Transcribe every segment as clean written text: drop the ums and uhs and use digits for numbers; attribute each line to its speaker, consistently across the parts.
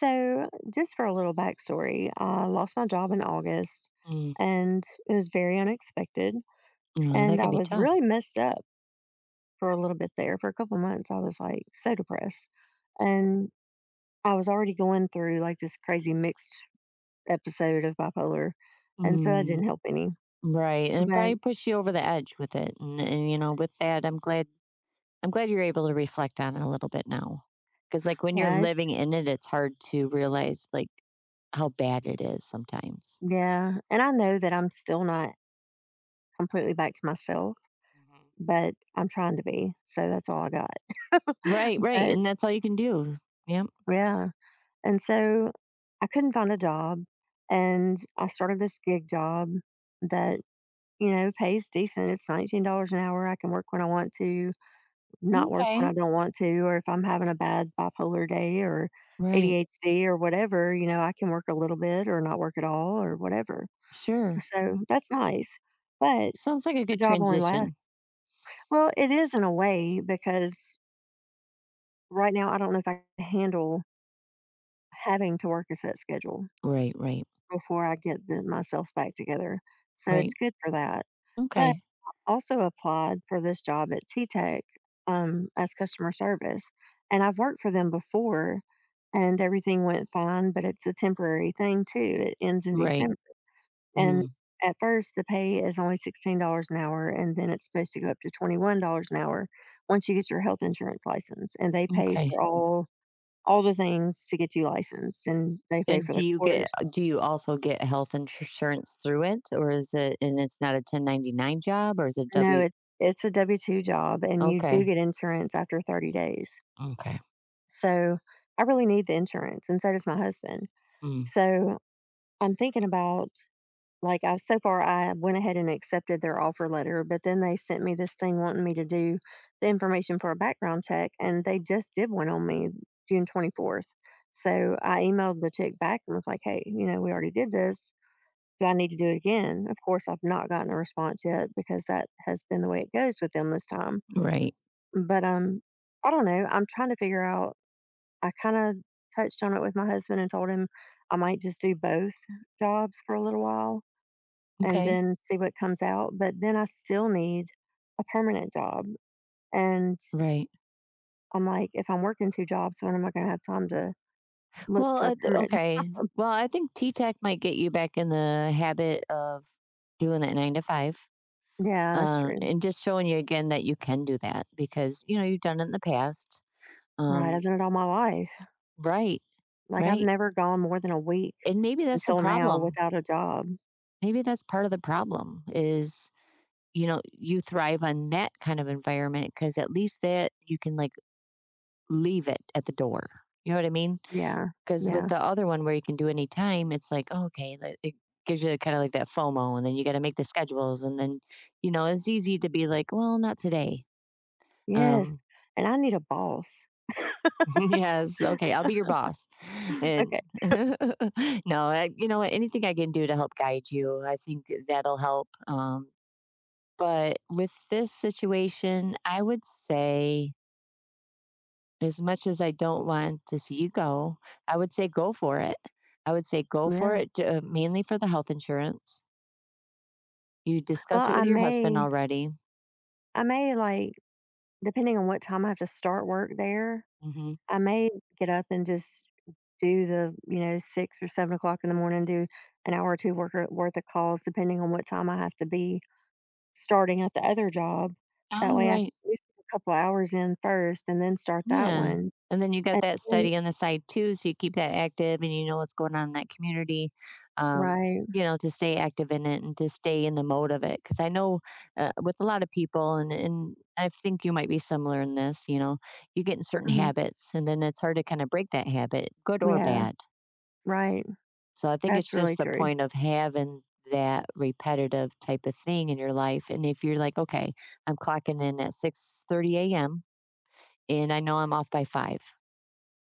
Speaker 1: So, just for a little backstory, I lost my job in August
Speaker 2: Mm,
Speaker 1: and it was very unexpected.
Speaker 2: no,
Speaker 1: And
Speaker 2: that
Speaker 1: I
Speaker 2: can be
Speaker 1: was really
Speaker 2: tough.
Speaker 1: messed up for a little bit there. For a couple months, I was like so depressed. And I was already going through like this crazy mixed episode of bipolar. And so that
Speaker 2: Mm,
Speaker 1: didn't help any.
Speaker 2: right, and it
Speaker 1: But
Speaker 2: probably push you over the edge with it, you know, with that, I'm glad you're able to reflect on it a little bit now, because like, when you're
Speaker 1: yeah,
Speaker 2: living
Speaker 1: it's,
Speaker 2: in it, it's hard to realize, like, how bad it is sometimes.
Speaker 1: yeah. And I know that I'm still not completely back to myself,
Speaker 2: Mhm.
Speaker 1: but I'm trying to be. So that's all I got.
Speaker 2: Right, right,
Speaker 1: But
Speaker 2: and that's all you can do. Yep.
Speaker 1: yeah. And so I couldn't find a job and I started this gig job that pays decent. It's $19 an hour. I can work when I want to, not work when I
Speaker 2: Okay.
Speaker 1: don't want to, or if I'm having a bad bipolar day or
Speaker 2: Right.
Speaker 1: ADHD or whatever, I can work a little bit or not work at all or whatever.
Speaker 2: Sure.
Speaker 1: So that's nice. But
Speaker 2: Sounds like a
Speaker 1: the
Speaker 2: good
Speaker 1: job only
Speaker 2: transition.
Speaker 1: lasts. Well, it is in a way because right now I don't know if I can handle having to work a set schedule
Speaker 2: Right, right,
Speaker 1: before I get myself back together. So it's
Speaker 2: right.
Speaker 1: good for that. But
Speaker 2: Okay.
Speaker 1: also applied for this job at T Tech as customer service. And I've worked for them before and everything went fine, but it's a temporary thing too. It ends in
Speaker 2: Right.
Speaker 1: December. And
Speaker 2: Mm,
Speaker 1: at first, the pay is only $16 an hour, and then it's supposed to go up to $21 an hour once you get your health insurance license. And they pay
Speaker 2: okay.
Speaker 1: for all the things to get you licensed and they pay
Speaker 2: And
Speaker 1: for the
Speaker 2: do you get
Speaker 1: course.
Speaker 2: do you also get health insurance through it, or is it and it's not a 1099 job, or is it
Speaker 1: No,
Speaker 2: W?
Speaker 1: it's a W-2 job, and you do
Speaker 2: Okay,
Speaker 1: get insurance after 30 days.
Speaker 2: okay,
Speaker 1: So, I really need the insurance, and so does my husband.
Speaker 2: mm,
Speaker 1: So, I'm thinking about, like, I so far, I went ahead and accepted their offer letter, but then they sent me this thing wanting me to do the information for a background check, and they just did one on me June 24th. So, I emailed the chick back and was like, "Hey, we already did this. Do I need to do it again?" Of course, I've not gotten a response yet because that has been the way it goes with them this time.
Speaker 2: right,
Speaker 1: But, I don't know, I'm trying to figure out. I kinda touched on it with my husband and told him I might just do both jobs for a little while and
Speaker 2: okay,
Speaker 1: then see what comes out, but then I still need a permanent job, and
Speaker 2: right.
Speaker 1: I'm like, "If I'm working 2 jobs, when am I gonna have time to look
Speaker 2: Well,
Speaker 1: for a permanent job?"
Speaker 2: okay. Well, I think T Tech might get you back in the habit of doing that nine to five,
Speaker 1: Yeah, that's true.
Speaker 2: and just showing you again that you can do that because you know you've done it in the past.
Speaker 1: Right, I've
Speaker 2: Um,
Speaker 1: done it all my life.
Speaker 2: right,
Speaker 1: Like, I've
Speaker 2: right,
Speaker 1: never gone more than a week
Speaker 2: and maybe that's the
Speaker 1: until now
Speaker 2: problem.
Speaker 1: without a job.
Speaker 2: Maybe that's part of the problem is you know, you thrive on that kind of environment because at least that you can like leave it at the door. You know what I mean?
Speaker 1: Yeah,
Speaker 2: Because with
Speaker 1: yeah.
Speaker 2: the other one where you can do any time, it's like, oh, okay, like, it gives you kind of like that FOMO, and then you got to make the schedules, and then you know it's easy to be like, well, not today.
Speaker 1: Yes,
Speaker 2: Um,
Speaker 1: and I need a boss.
Speaker 2: yes, okay, I'll be your boss, and
Speaker 1: Okay.
Speaker 2: no, I, you know, what, anything I can do to help guide you, I think that'll help. But with this situation, I would say as much as I don't want to see you go, I would say go for it. I would say go for
Speaker 1: Yeah.
Speaker 2: it, to, mainly for the health insurance. You
Speaker 1: Well,
Speaker 2: discussed it
Speaker 1: I
Speaker 2: with your husband
Speaker 1: may
Speaker 2: already.
Speaker 1: I may, like, depending on what time I have to start work there,
Speaker 2: Mhm.
Speaker 1: I may get up and just do the 6 or 7 o'clock in the morning, do an hour or 2 work or worth of calls depending on what time I have to be starting at the other job. That
Speaker 2: Oh,
Speaker 1: way I can
Speaker 2: right.
Speaker 1: at least get a couple hours in first and then start that
Speaker 2: Yeah.
Speaker 1: one.
Speaker 2: And then you got
Speaker 1: And
Speaker 2: that
Speaker 1: then.
Speaker 2: study on the side too, so you keep that active and you know what's going on in that community. Um,
Speaker 1: Right.
Speaker 2: you know, to stay active in it and to stay in the mode of it. Cause I know with a lot of people, and I think you might be similar in this, you know, you get in certain
Speaker 1: Mhm.
Speaker 2: habits and then it's hard to kind of break that habit, good or
Speaker 1: Yeah,
Speaker 2: bad.
Speaker 1: right.
Speaker 2: So I think
Speaker 1: That's
Speaker 2: it's
Speaker 1: really
Speaker 2: just the
Speaker 1: true.
Speaker 2: point of having that repetitive type of thing in your life. And if you're like, okay, I'm clocking in at 6:30 a.m. and I know I'm off by five.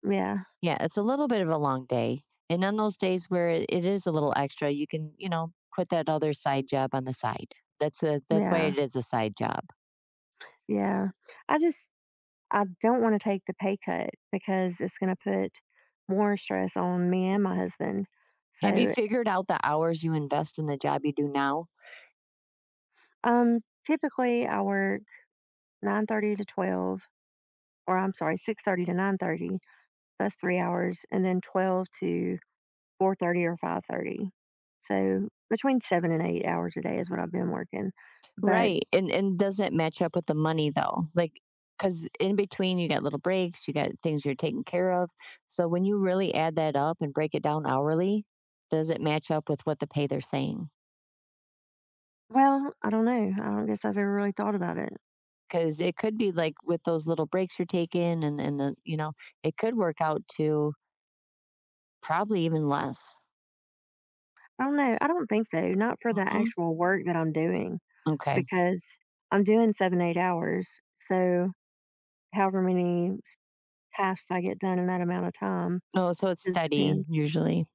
Speaker 1: Yeah,
Speaker 2: Yeah, it's a little bit of a long day. And on those days where it is a little extra, you can, you know, put that other side job on the side. That's why
Speaker 1: yeah,
Speaker 2: it is a side job.
Speaker 1: yeah. I just I don't wanna take the pay cut because it's gonna put more stress on me and my husband.
Speaker 2: Have you
Speaker 1: So,
Speaker 2: figured out the hours you invest in the job you do now?
Speaker 1: typically, I work 9:30 to 12, or I'm sorry, 6:30 to 9:30. That's 3 hours, and then 12 to 4:30 or 5:30. So, between 7 and 8 hours a day is what I've been working. But
Speaker 2: Right. And does not match up with the money though? Like cuz in between you got little breaks, you got things you're taking care of. So when you really add that up and break it down hourly, does it match up with what the pay they're saying?
Speaker 1: well, I don't know. I don't guess I've ever really thought about it.
Speaker 2: Cuz it could be like with those little breaks you're taking and the, you know, it could work out to probably even less.
Speaker 1: I don't know. I don't think so, not for the
Speaker 2: Mm-mm.
Speaker 1: actual work that I'm doing,
Speaker 2: Okay.
Speaker 1: because I'm doing 7, 8 hours, so however many tasks I get done in that amount of time,
Speaker 2: Oh, so it's
Speaker 1: just
Speaker 2: steady
Speaker 1: depends.
Speaker 2: usually.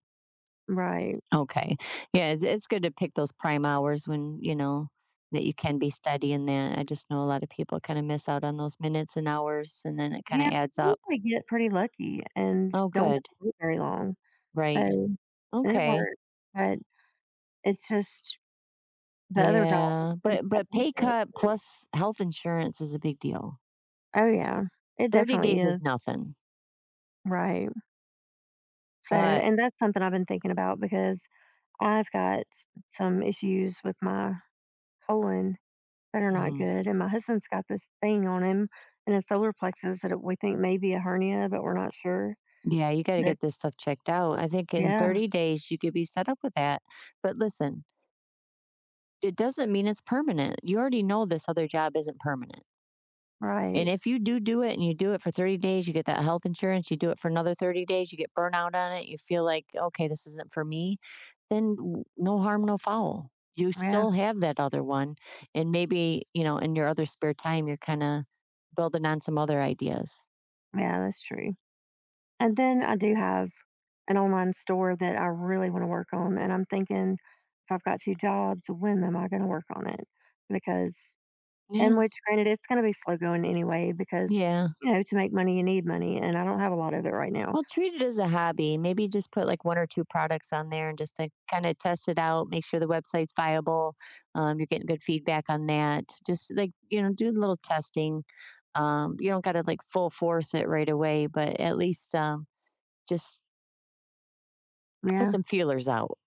Speaker 1: Right.
Speaker 2: Okay. Yeah, it's good to pick those prime hours when, you know, that you can be studying that. I just know a lot of people kinda miss out on those minutes and hours, and then it
Speaker 1: Yeah,
Speaker 2: kinda adds
Speaker 1: I
Speaker 2: up.
Speaker 1: usually get pretty lucky and
Speaker 2: Oh,
Speaker 1: don't have
Speaker 2: good.
Speaker 1: to wait very long,
Speaker 2: Right.
Speaker 1: so it
Speaker 2: Okay.
Speaker 1: worked, but it's just the other job, like
Speaker 2: Yeah,
Speaker 1: I
Speaker 2: but
Speaker 1: said,
Speaker 2: but pay
Speaker 1: it's.
Speaker 2: cut plus health insurance is a big deal.
Speaker 1: Oh, yeah. It
Speaker 2: 30
Speaker 1: definitely
Speaker 2: days is
Speaker 1: is.
Speaker 2: nothing,
Speaker 1: Right. So
Speaker 2: but.
Speaker 1: and that's something I've been thinking about because I've got some issues with my colon that are not
Speaker 2: Mhm.
Speaker 1: good. And my husband's got this thing on him in his solar plexus that we think may be a hernia, but we're not sure.
Speaker 2: Yeah, you gotta
Speaker 1: But
Speaker 2: get this stuff checked out. I think in
Speaker 1: yeah,
Speaker 2: 30 days, you could be set up with that, but listen, it doesn't mean it's permanent. You already know this other job isn't permanent. And
Speaker 1: right.
Speaker 2: if you do it and you do it for 30 days, you get that health insurance, you do it for another 30 days, you get burnout on it, you feel like, okay, this isn't for me, then no harm, no foul. You
Speaker 1: Yeah,
Speaker 2: still have that other one. And maybe, you know, in your other spare time, you're kind of building on some other ideas.
Speaker 1: yeah, that's true. And then I do have an online store that I really want to work on. And I'm thinking if I've got two jobs, when am I going to work on it? Because, and
Speaker 2: Yeah.
Speaker 1: which granted, it's going to be slow going anyway, because,
Speaker 2: Yeah.
Speaker 1: to make money, you need money. And I don't have a lot of it right now.
Speaker 2: Well, treat it as a hobby. Maybe just put like one or two products on there and just to kind of test it out, make sure the website's viable. You're getting good feedback on that. Just like, you know, do a little testing. You don't got to like full force it right away, but at least just put
Speaker 1: Yeah.
Speaker 2: some feelers out.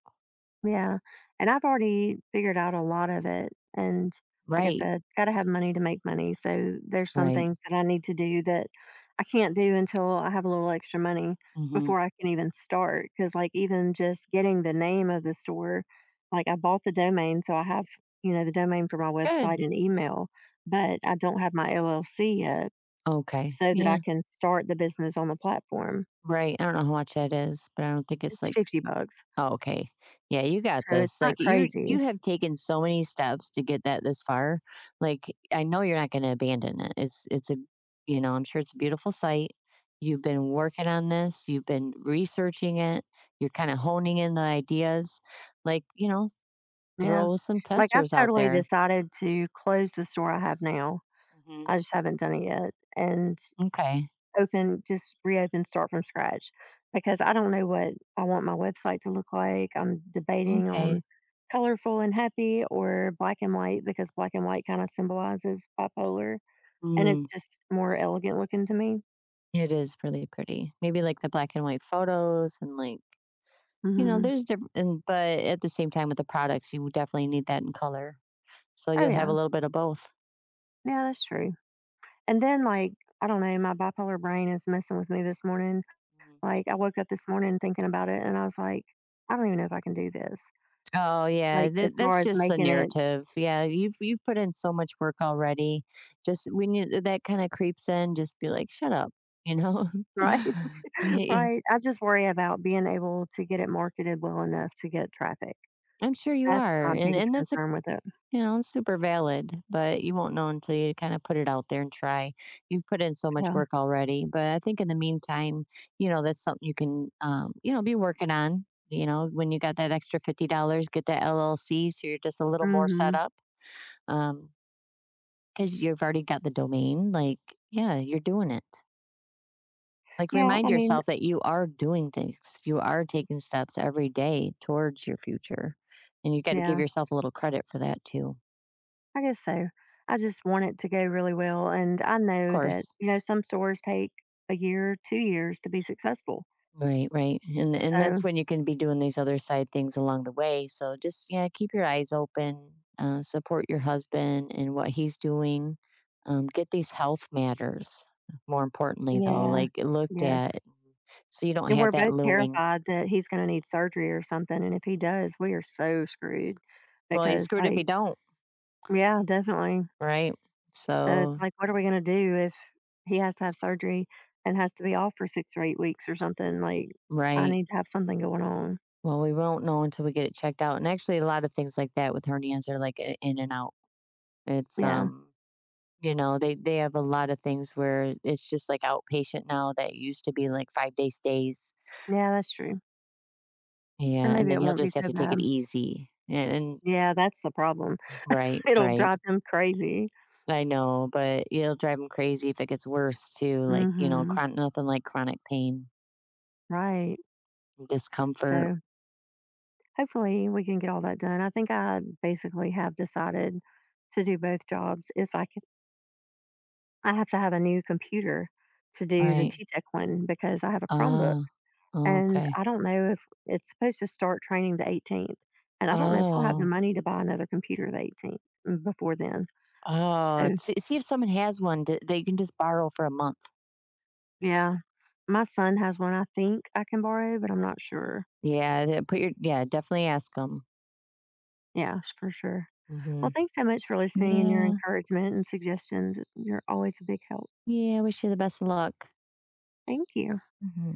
Speaker 1: Yeah, and I've already figured out a lot of it, and like I
Speaker 2: Right.
Speaker 1: said, gotta have money to make money, so there's some
Speaker 2: Right.
Speaker 1: things that I need to do that I can't do until I have a little extra money
Speaker 2: Hmm.
Speaker 1: before I can even start. Because, like, even just getting the name of the store, like, I bought the domain, so I have, the domain for my
Speaker 2: Good.
Speaker 1: website and email, but I don't have my LLC yet
Speaker 2: Okay.
Speaker 1: so that I
Speaker 2: Yeah.
Speaker 1: can start the business on the platform.
Speaker 2: Right. I don't know how much that is, but I don't think it's
Speaker 1: It's
Speaker 2: like.
Speaker 1: 50 bucks,
Speaker 2: Oh, okay. Yeah, you got
Speaker 1: so it's
Speaker 2: this.
Speaker 1: not
Speaker 2: Like you
Speaker 1: crazy.
Speaker 2: you have taken so many steps to get that this far. Like I know you're not going to abandon it. It's a you know, I'm sure it's a beautiful site. You've been working on this, you've been researching it, you're kind of honing in the ideas. Like, you know,
Speaker 1: Yeah.
Speaker 2: throw some
Speaker 1: Like, I've
Speaker 2: testers out
Speaker 1: totally
Speaker 2: there.
Speaker 1: decided to close the store I have now,
Speaker 2: Hmm.
Speaker 1: I just haven't done it yet, and
Speaker 2: Okay.
Speaker 1: open just reopen, start from scratch, because I don't know what I want my website to look like. I'm debating
Speaker 2: Okay.
Speaker 1: on colorful and happy or black and white because black and white kinda symbolizes bipolar, and it's
Speaker 2: Mm,
Speaker 1: just more elegant looking to me.
Speaker 2: it is really pretty. Maybe like the black and white photos and like. You know,
Speaker 1: Mhm.
Speaker 2: there's different, but at the same time with the products, you definitely need that in color. So
Speaker 1: Oh,
Speaker 2: you'll have a
Speaker 1: yeah.
Speaker 2: little bit of both.
Speaker 1: Yeah, that's true. And then, like, I don't know, my bipolar brain is messing with me this morning.
Speaker 2: Mhm.
Speaker 1: Like, I woke up this morning thinking about it, and I was like, "I don't even know if I can do this."
Speaker 2: Oh yeah,
Speaker 1: Like, as
Speaker 2: that,
Speaker 1: far
Speaker 2: that's
Speaker 1: as
Speaker 2: just the
Speaker 1: making it
Speaker 2: narrative. Yeah, you've put in so much work already. Just when you that kind of creeps in, just be like, "Shut up," you know.
Speaker 1: right?
Speaker 2: Yeah,
Speaker 1: Right? I just worry about being able to get it marketed well enough to get traffic.
Speaker 2: I'm sure you
Speaker 1: That's
Speaker 2: are,
Speaker 1: my biggest
Speaker 2: and that's.
Speaker 1: concern with it.
Speaker 2: You know, it's super valid, but you won't know until you kind of put it out there and try. You've put in so much
Speaker 1: Yeah.
Speaker 2: work already, but I think in the meantime, you know, that's something you can, you know, be working on. You know, when you got that extra $50, get that LLC, so you're just a little more set
Speaker 1: Mhm.
Speaker 2: up. Um, because you've already got the domain. Like, yeah, you're doing it. Like,
Speaker 1: Yeah, I
Speaker 2: remind
Speaker 1: mean
Speaker 2: yourself that you are doing things. You are taking steps every day towards your future, and you got to give
Speaker 1: yeah,
Speaker 2: yourself a little credit for that too.
Speaker 1: I guess so. I just want it to go really well, and I
Speaker 2: Of
Speaker 1: know that,
Speaker 2: course,
Speaker 1: some stores take a year, 2 years to be successful.
Speaker 2: right, right. And
Speaker 1: So
Speaker 2: that's when you can be doing these other side things along the way. So just yeah, keep your eyes open, support your husband and what he's doing. Get these health matters more importantly though,
Speaker 1: yeah.
Speaker 2: like looked
Speaker 1: Yes.
Speaker 2: at so you don't
Speaker 1: And we're
Speaker 2: have that
Speaker 1: both
Speaker 2: looming.
Speaker 1: terrified that he's gonna need surgery or something, and if he does, we are so screwed
Speaker 2: Well, you're
Speaker 1: because,
Speaker 2: screwed if
Speaker 1: like.
Speaker 2: you don't,
Speaker 1: Yeah, definitely.
Speaker 2: right?
Speaker 1: So it's
Speaker 2: So
Speaker 1: like, what are we gonna do if he has to have surgery and has to be off for 6 or 8 weeks or something? Like, I
Speaker 2: right.
Speaker 1: need to have something going on.
Speaker 2: Well, we won't know until we get it checked out. And actually a lot of things like that with hernias are like in and out. It's
Speaker 1: Yeah.
Speaker 2: you know, they have a lot of things where it's just like outpatient now that used to be like 5-day stays.
Speaker 1: Yeah, that's true. So
Speaker 2: Yeah, and
Speaker 1: maybe
Speaker 2: then
Speaker 1: it
Speaker 2: he'll
Speaker 1: won't be
Speaker 2: just have
Speaker 1: so
Speaker 2: to take it
Speaker 1: bad.
Speaker 2: easy. And
Speaker 1: Yeah, that's the problem.
Speaker 2: right,
Speaker 1: It'll
Speaker 2: right.
Speaker 1: drive them crazy.
Speaker 2: I know, but it'll drive him crazy if it gets worse too, like, you know,
Speaker 1: Mhm.
Speaker 2: chron nothing like chronic pain,
Speaker 1: Right.
Speaker 2: and discomfort.
Speaker 1: So, hopefully, we can get all that done. I think I basically have decided to do both jobs. If I I have to have a new computer to do the
Speaker 2: Right.
Speaker 1: T Tech one because I have a Chromebook,
Speaker 2: Ah,
Speaker 1: and
Speaker 2: okay.
Speaker 1: I don't know if it's supposed to start training the 18th, and I don't know if we'll have the
Speaker 2: Oh.
Speaker 1: money to buy another computer the 18th before then.
Speaker 2: Oh,
Speaker 1: So,
Speaker 2: see see if someone has one d that you can just borrow for a month.
Speaker 1: yeah, my son has one I think I can borrow, but I'm not sure.
Speaker 2: Yeah, th put your yeah, definitely ask ask 'em.
Speaker 1: Yeah, for sure. Well,
Speaker 2: Mhm.
Speaker 1: thanks so much for listening and your
Speaker 2: Yeah.
Speaker 1: encouragement and suggestions. You're always a big help.
Speaker 2: Yeah, wish you the best of luck.
Speaker 1: Thank you.
Speaker 2: Ujú.